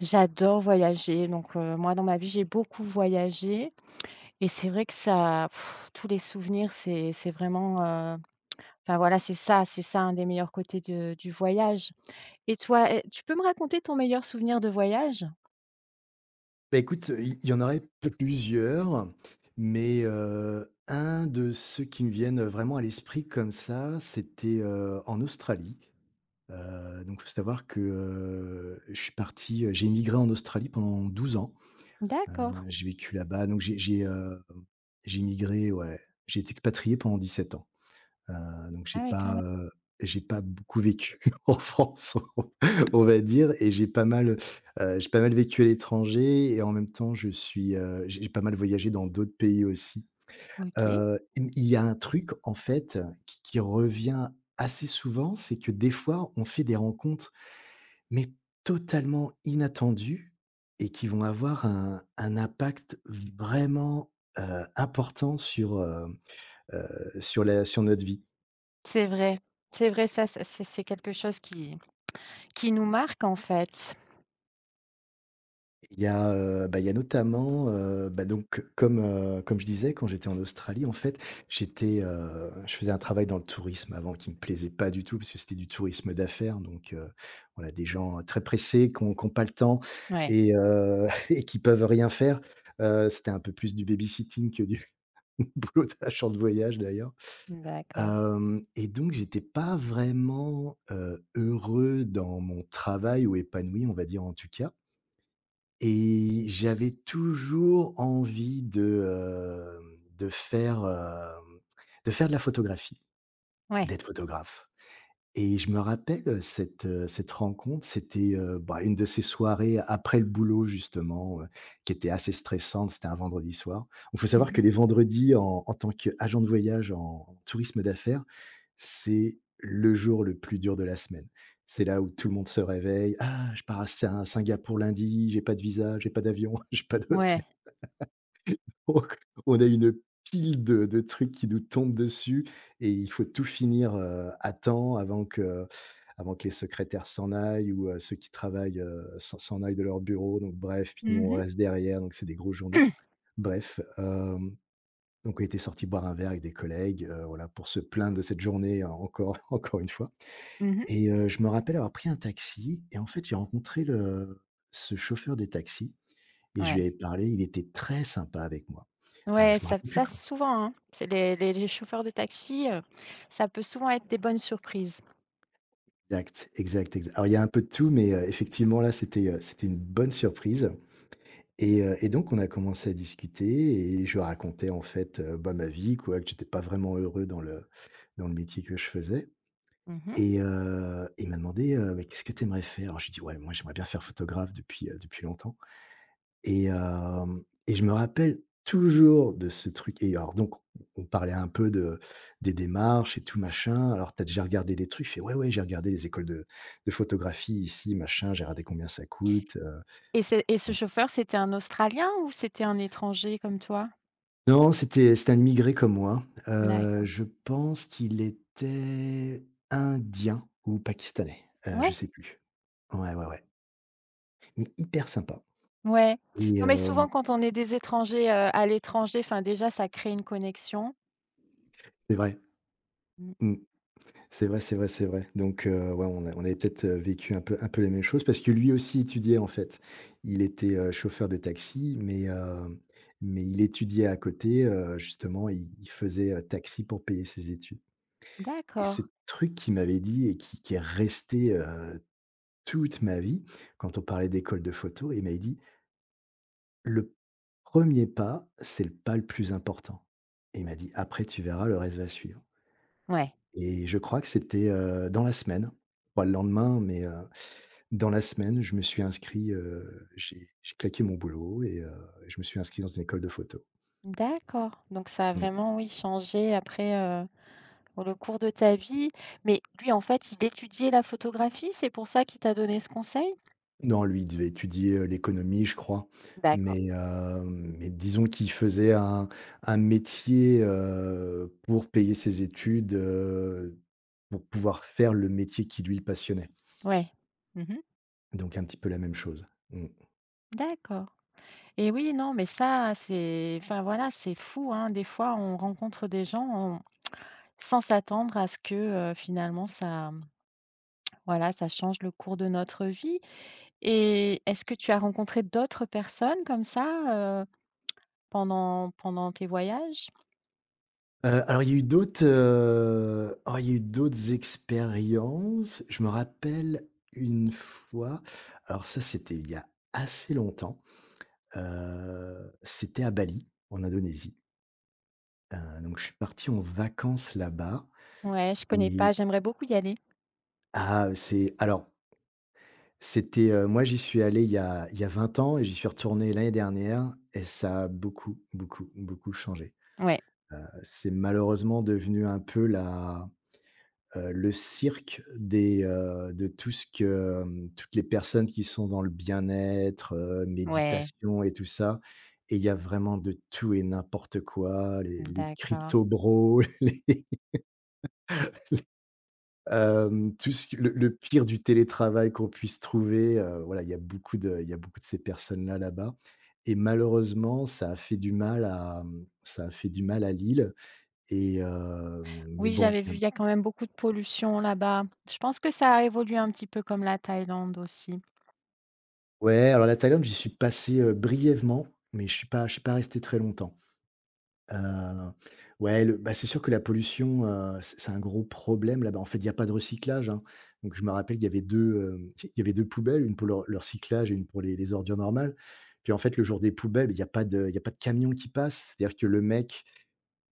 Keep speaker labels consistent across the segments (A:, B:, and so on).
A: J'adore voyager, donc moi dans ma vie, j'ai beaucoup voyagé et c'est vrai que ça, tous les souvenirs, c'est vraiment, enfin voilà, c'est ça, un des meilleurs côtés de du voyage. Et toi, tu peux me raconter ton meilleur souvenir de voyage?
B: Bah, écoute, il y en aurait plusieurs, mais un de ceux qui me viennent vraiment à l'esprit comme ça, c'était, en Australie. Donc faut savoir que, je suis parti, j'ai immigré en Australie pendant 12 ans.
A: D'accord.
B: Heu, j'ai vécu là-bas, donc j'ai immigré, ouais, j'ai été expatrié pendant 17 ans. Donc
A: Ah ouais, quand même.
B: j'ai pas beaucoup vécu en France, on va dire et j'ai pas mal vécu à l'étranger et en même temps je suis, j'ai pas mal voyagé dans d'autres pays aussi.
A: OK.
B: Il y a un truc en fait qui revient assez souvent, c'est que des fois on fait des rencontres, mais totalement inattendues et qui vont avoir un impact vraiment, important sur notre vie.
A: C'est vrai. C'est vrai, ça c'est quelque chose qui nous marque en fait.
B: Il y a notamment, bah, donc comme je disais, quand j'étais en Australie, en fait, je faisais un travail dans le tourisme avant qui me plaisait pas du tout parce que c'était du tourisme d'affaires donc, voilà des gens très pressés qui ont pas le temps
A: Ouais,
B: et et qui peuvent rien faire. C'était un peu plus du babysitting que du boulot d'agent de voyage d'ailleurs.
A: d'accord.
B: Hem et donc j'étais pas vraiment, heureux dans mon travail ou épanoui, on va dire en tout cas et j'avais toujours envie de, hem, de faire de la photographie,
A: Ouais.
B: d'être photographe. Et je me rappelle, cette rencontre, bah, une de ces soirées après le boulot justement, qui était assez stressante, c'était un vendredi soir. Il faut savoir que
A: Mmh,
B: les vendredis en tant qu'agent de voyage en tourisme d'affaires, c'est le jour le plus dur de la semaine. C'est là où tout le monde se réveille: «Ah, je pars à Singapour lundi, j'ai pas de visa, j'ai pas d'avion, j'ai pas d'hôtel».
A: ouais.
B: On a une pile de trucs qui nous tombent dessus et il faut tout finir, à temps avant que les secrétaires s'en aillent ou, ceux qui travaillent, s'en aillent de leur bureau donc bref, puis nous
A: Mmh
B: on
A: mh.
B: reste derrière donc c'est des grosses journées. Bref, donc on était sorti boire un verre avec des collègues, voilà pour se plaindre de cette journée encore encore une fois et je me rappelle avoir pris un taxi et en fait j'ai rencontré le ce chauffeur des taxis et je lui
A: Ouais.
B: avais parlé, il était très sympa avec moi.
A: Ouais,
B: Je me
A: ça
B: rappelle plus
A: ça
B: com
A: c'est souvent, hein. C'est les chauffeurs de taxi, ça peut souvent être des bonnes surprises.
B: Exact, exact, exact. Alors il y a un peu de tout, mais effectivement là, c'était une bonne surprise et donc on a commencé à discuter et je lui racontais en fait, bah, ma vie quoi, que j'étais pas vraiment heureux dans le métier que je faisais
A: Mmh.
B: et il m'a demandé, «Mais qu'est-ce que tu aimerais faire?» alors j'ai dit: «Ouais, moi j'aimerais bien faire photographe depuis longtemps». Et je me rappelle toujours de ce truc et alors donc on parlait un peu de des démarches et tout machin. «Alors t'as déjà regardé des trucs?» je fais: «Ouais, ouais, j'ai regardé les écoles de photographie ici, machin, j'ai regardé combien ça coûte,»
A: Et ce chauffeur, c'était un Australien ou c'était un étranger comme toi?
B: Non, c'était un immigré comme moi.
A: D'accord.
B: Je pense qu'il était indien ou pakistanais, je
A: Ouais,
B: sais plus. Ouais, ouais, ouais, mais hyper sympa
A: ouais.
B: et
A: Non, mais
B: hem
A: souvent quand on est des étrangers, à l'étranger, enfin déjà ça crée une connexion.
B: c'est vrai.
A: Mmh.
B: Mmh. C'est vrai, c'est vrai, c'est vrai. Donc ouais, on avait peut-être, vécu un peu les mêmes choses parce que lui aussi étudiait, en fait. Il était, chauffeur de taxi, mais il étudiait à côté, justement, il faisait, taxi pour payer ses études et
A: D'accord,
B: ce truc qu'il m'avait dit et qui est resté, toute ma vie, quand on parlait d'école de photo, il m'avait dit: le premier pas, c'est le pas le plus important» et il m'a dit: «Après, tu verras, le reste va suivre».
A: ouais,
B: Et je crois que c'était, dans la semaine, pas le lendemain, mais, dans la semaine, je me suis inscrit, j'ai claqué mon boulot et je me suis inscrit dans une école de photo.
A: d'accord. Donc ça a
B: Mmh.
A: vraiment, oui, changé après, pour le cours de ta vie. Mais lui, en fait, il étudiait la photographie, c'est pour ça qu'il t'a donné ce conseil?
B: Non, lui, il devait étudier, l'économie, je crois,
A: D'accord,
B: mais disons qu'il faisait un métier, pour payer ses études, pour pouvoir faire le métier qui lui passionnait,
A: ouais. Mmh.
B: donc un petit peu la même chose. Mmh.
A: D'accord et oui, non, mais ça, c'est enfin, voilà, c'est fou, hein. Des fois, on rencontre des gens, on sans s'attendre à ce que, finalement ça, voilà, ça change le cours de notre vie. Et est-ce que tu as rencontré d'autres personnes comme ça, pendant tes voyages?
B: Alors il y a eu d'autres expériences. Je me rappelle une fois, alors ça c'était il y a assez longtemps, c'était à Bali, en Indonésie. Donc je suis parti en vacances là-bas
A: Ouais, je connais pas,
B: et
A: j'aimerais beaucoup y aller.
B: ah, c'est alors c'était, moi j'y suis allé il y a 20 ans et j'y suis retourné l'année dernière et ça a beaucoup, beaucoup, beaucoup changé.
A: Ouais,
B: C'est malheureusement devenu un peu la le cirque de tout ce que, toutes les personnes qui sont dans le bien-être,
A: ouais,
B: méditation et tout ça et il y a vraiment de tout et n'importe quoi, les
A: d'accord.
B: crypto-bros, tout ce que le pire du télétravail qu'on puisse trouver, voilà, il y a beaucoup de ces personnes-là, là-bas et malheureusement, ça a fait du mal à Lille et mais
A: Oui,
B: bon.
A: j'avais vu, il y a quand même beaucoup de pollution là-bas. Je pense que ça a évolué un petit peu comme la Thaïlande aussi.
B: Ouais, alors la Thaïlande, j'y suis passé, brièvement, mais je suis pas resté très longtemps. Heu, ouais, le bah, c'est sûr que la pollution, c'est un gros problème là-bas. En fait, il y a pas de recyclage, hein. Donc je me rappelle, qu'il y avait 2, hem, il y avait 2 poubelles, une pour le recyclage et une pour les ordures normales. Puis en fait, le jour des poubelles, il y a pas de camion qui passe. C'est-à-dire que le mec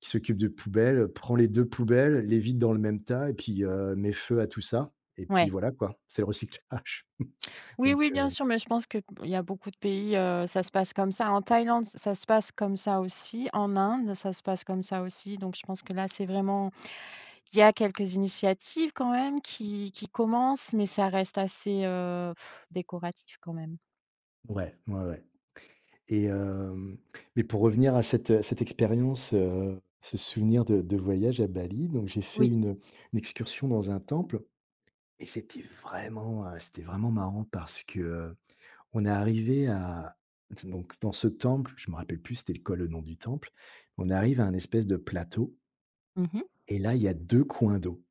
B: qui s'occupe de poubelles, prend les 2 poubelles, les vide dans le même tas et puis, met feu à tout ça et puis
A: Ouais.
B: voilà, quoi. C'est le recyclage.
A: Oui,
B: Donc
A: oui, bien sûr, mais je pense qu'il y a beaucoup de pays, ça se passe comme ça. En Thaïlande, ça se passe comme ça aussi. En Inde, ça se passe comme ça aussi. Donc je pense que là, c'est vraiment il y a quelques initiatives quand même qui commencent, mais ça reste assez, décoratif quand même.
B: ouais, ouais, ouais. Et hem, mais pour revenir à cette expérience, ce souvenir de voyage à Bali, donc j'ai fait
A: Oui.
B: une excursion dans un temple et c'était vraiment marrant parce que, on est arrivé à donc dans ce temple, je me rappelle plus c'était quoi le nom du temple. On arrive à un espèce de plateau
A: Mmh.
B: et là, il y a 2 coins d'eau.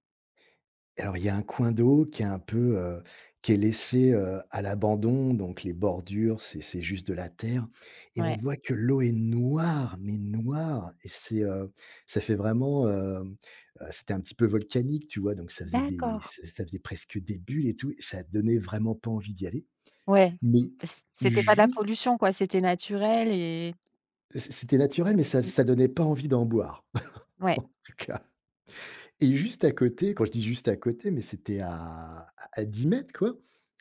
B: Alors, il y a un coin d'eau qui est laissé, à l'abandon, donc les bordures, c'est juste de la terre et on
A: Ouais.
B: voit que l'eau est noire, mais noire et c'est, ça fait vraiment, hem, c'était un petit peu volcanique, tu vois? Donc
A: D'accord.
B: ça faisait presque des bulles et tout et ça donnait vraiment pas envie d'y aller.
A: Ouais.
B: Mais
A: C'était pas de la
B: ju
A: pollution quoi, c'était naturel et
B: c c'était naturel, mais ça
A: mmh,
B: ça donnait pas envie d'en boire,
A: ouais.
B: en tout cas et juste à côté, quand je dis juste à côté, mais c'était à 10 mètres quoi.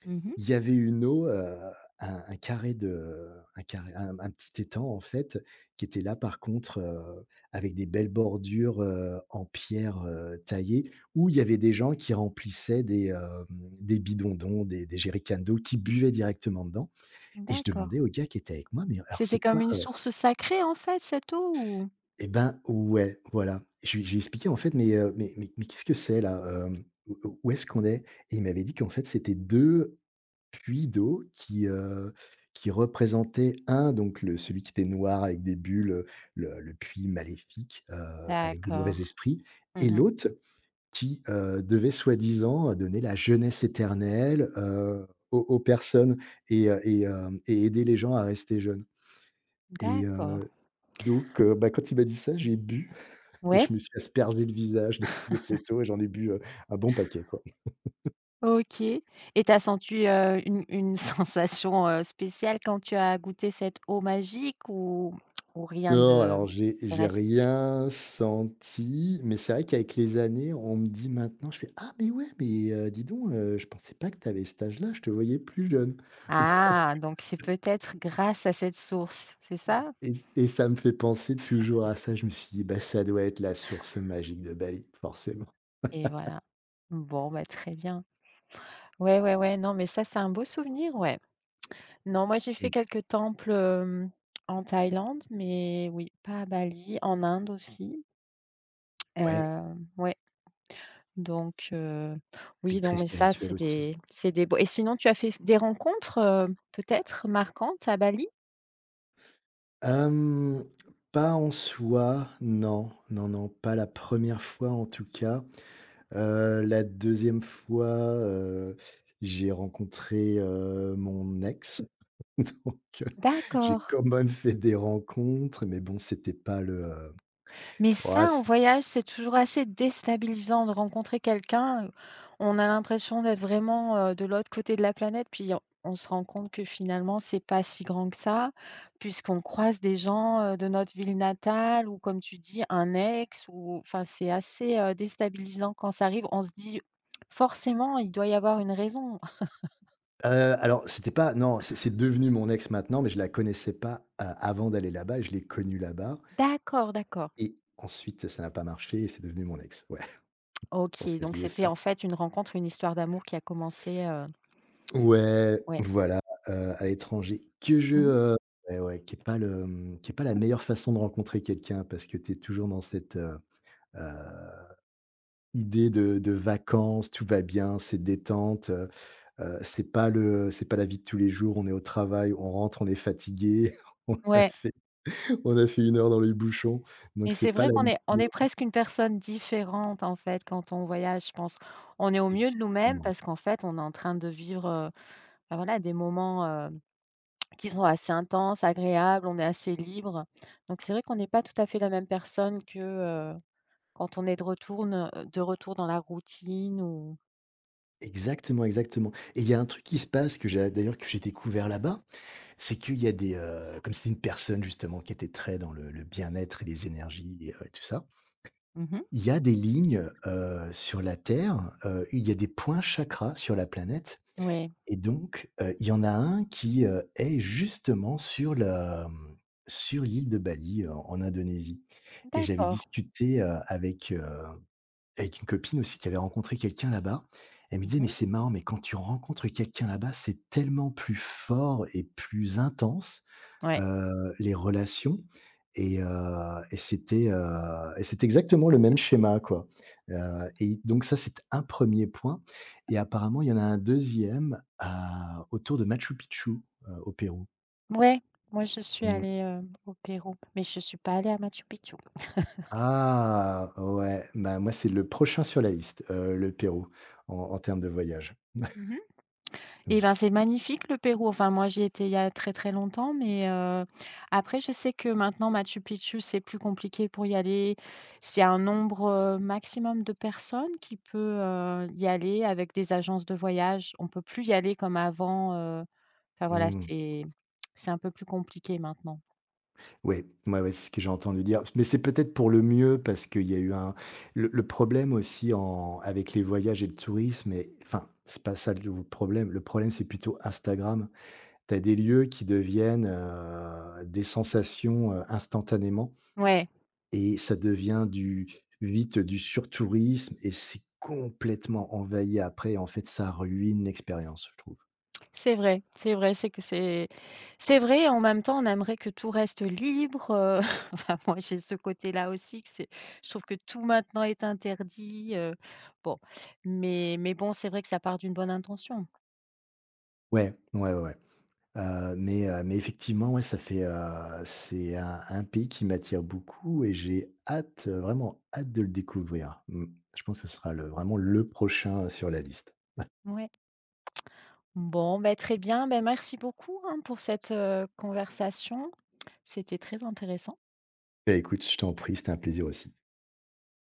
A: Mmh.
B: Il y avait une eau, un carré de un carré un petit étang en fait, qui était là par contre, avec des belles bordures, en pierre, taillée, où il y avait des gens qui remplissaient des bidons d'eau, des jerrycans d'eau, qui buvaient directement dedans et je
A: D'accord.
B: demandais au gars qui était avec moi: «Mais alors c'est
A: C'était comme
B: quoi,»
A: une source sacrée en fait cette eau ou?
B: et ben ouais, voilà. Je lui ai expliqué en fait: «Mais, mais qu'est-ce que c'est là, où est-ce qu'on est?» et il m'avait dit qu'en fait c'était 2 puits d'eau qui représentait un donc le celui qui était noir avec des bulles, le puits maléfique, avec des mauvais
A: D'accord.
B: esprits et
A: Mmh.
B: l'autre devait soi-disant donner la jeunesse éternelle, aux personnes et aider les gens à rester jeunes et
A: D'accord.
B: donc bah, quand il m'a dit ça, j'ai bu et je
A: Ouais,
B: me suis aspergé le visage de cette eau et j'en ai bu, un bon paquet, quoi.
A: OK et t'as senti, une sensation, spéciale quand tu as goûté cette eau magique ou rien
B: Non,
A: de
B: alors j'ai
A: drastique?
B: rien senti, mais c'est vrai qu'avec les années, on me dit maintenant, je fais: «Ah mais ouais, dis donc, je pensais pas que tu avais cet âge-là, je te voyais plus jeune».
A: Ah, donc c'est peut-être grâce à cette source, c'est ça?
B: Et ça me fait penser toujours à ça, je me suis dit: «Bah, ça doit être la source magique de Bali, forcément».
A: Et voilà. Bon, bah, très bien. Ouais, ouais, ouais, non, mais ça, c'est un beau souvenir, ouais. Non, moi, j'ai fait
B: Mmh,
A: quelques temples, en Thaïlande, mais oui, pas à Bali, en Inde aussi,
B: ouais,
A: ouais. Donc oui,
B: pays
A: non,
B: très
A: mais ça,
B: spirituel
A: c'est
B: aussi.
A: des c'est des beaux et sinon, tu as fait des rencontres, peut-être marquantes à Bali?
B: Hem, Pas en soi, non, non, non, pas la première fois en tout cas. La deuxième fois, heu, j'ai rencontré, mon ex, donc j'ai
A: D'accord.
B: quand même fait des rencontres, mais bon, c'était pas le,
A: Mais
B: ouais,
A: ça, en
B: c
A: voyage, c'est toujours assez déstabilisant de rencontrer quelqu'un. On a l'impression d'être vraiment, de l'autre côté de la planète, puis on se rend compte que finalement, c'est pas si grand que ça, puisqu'on croise des gens, de notre ville natale ou comme tu dis, un ex ou enfin, c'est assez, déstabilisant quand ça arrive. On se dit: «Forcément, il doit y avoir une raison».
B: heu, alors c'était pas non, c'est devenu mon ex maintenant, mais je la connaissais pas a avant d'aller là-bas, je l'ai connue là-bas
A: D'accord, d'accord.
B: et ensuite ça n'a pas marché et c'est devenu mon ex. Ouais, c'est
A: OK,
B: pour ça que je
A: donc
B: disais
A: c'était,
B: ça.
A: en fait, une rencontre, une histoire d'amour qui a commencé,
B: Ouais,
A: ouais.
B: voilà, à l'étranger que
A: Mmh.
B: ouais, ouais, qui est pas la meilleure façon de rencontrer quelqu'un parce que tu es toujours dans cette, heu, idée de vacances, tout va bien, c'est détente, c'est pas la vie de tous les jours, on est au travail, on rentre, on est fatigué, on a
A: Ouais,
B: fait on a fait une heure dans les bouchons, donc
A: et
B: c'est
A: c'est
B: pas
A: vrai
B: la
A: qu'on est
B: meilleure
A: presque une personne différente, en fait, quand on voyage, je pense. On est au mieux de nous-mêmes
B: exactement,
A: parce qu'en fait, on est en train de vivre, bah, voilà, des moments, qui sont assez intenses, agréables, on est assez libre. Donc c'est vrai qu'on n'est pas tout à fait la même personne que, heu, quand on est de retour dans la routine ou
B: exactement, exactement et il y a un truc qui se passe que j'ai découvert là-bas. C'est qu'il y a comme c'était une personne justement qui était très dans le bien-être et les énergies et tout ça.
A: Mmh,
B: Il y a des lignes, sur la Terre, il y a des points chakras sur la planète
A: ouais,
B: et donc, il y en a un est justement sur l'île de Bali, en Indonésie et j'avais
A: d'accord.
B: discuté, avec une copine aussi qui avait rencontré quelqu'un là-bas. Elle me disait: «Mais
A: Mmh.
B: c'est marrant, mais quand tu rencontres quelqu'un là-bas, c'est tellement plus fort et plus intense
A: Ouais.
B: les relations et et c'est exactement le même schéma, quoi, heu et donc ça, c'est un premier point et apparemment, il y en a un deuxième à autour de Machu Picchu, au Pérou.
A: Ouais, moi je suis
B: Mmh.
A: allée, au Pérou, mais je suis pas allée à Machu Picchu.
B: Ah! Ouais, bah, moi, c'est le prochain sur la liste, le Pérou en termes de voyage.
A: Mmh.
B: Donc
A: Eh ben,
B: je
A: c'est magnifique le Pérou, enfin moi j'y étais il y a très, très longtemps, mais après je sais que maintenant Machu Picchu, c'est plus compliqué pour y aller. C'est un nombre, maximum de personnes qui peut, y aller avec des agences de voyage. On peut plus y aller comme avant, enfin voilà,
B: Mmh.
A: c'est un peu plus compliqué maintenant.
B: Ouais, ouais, ouais, c'est ce que j'ai entendu dire. Mais c'est peut-être pour le mieux parce qu'il y a eu un le problème aussi en avec les voyages et le tourisme et enfin, c'est pas ça le problème. Le problème, c'est plutôt Instagram. Tu as des lieux qui deviennent, des sensations, instantanément
A: Ouais.
B: et ça devient du vite du surtourisme et c'est complètement envahi après. En fait, ça ruine l'expérience, je trouve.
A: C'est vrai, c'est vrai, c'est vrai, en même temps, on aimerait que tout reste libre, enfin, moi, j'ai ce côté-là aussi que c'est je trouve que tout maintenant est interdit, bon, mais bon, c'est vrai que ça part d'une bonne intention.
B: Ouais, ouais, ouais, ouais. Mais effectivement, ouais, c'est un pays qui m'attire beaucoup et j'ai hâte, vraiment hâte de le découvrir. Mmh. Je pense que ce sera le vraiment le prochain, sur la liste.
A: Ouais. Bon, bah, très bien, ben merci beaucoup, hein, pour cette, conversation. C'était très intéressant.
B: Beh, écoute, je t'en prie, c'était un plaisir aussi.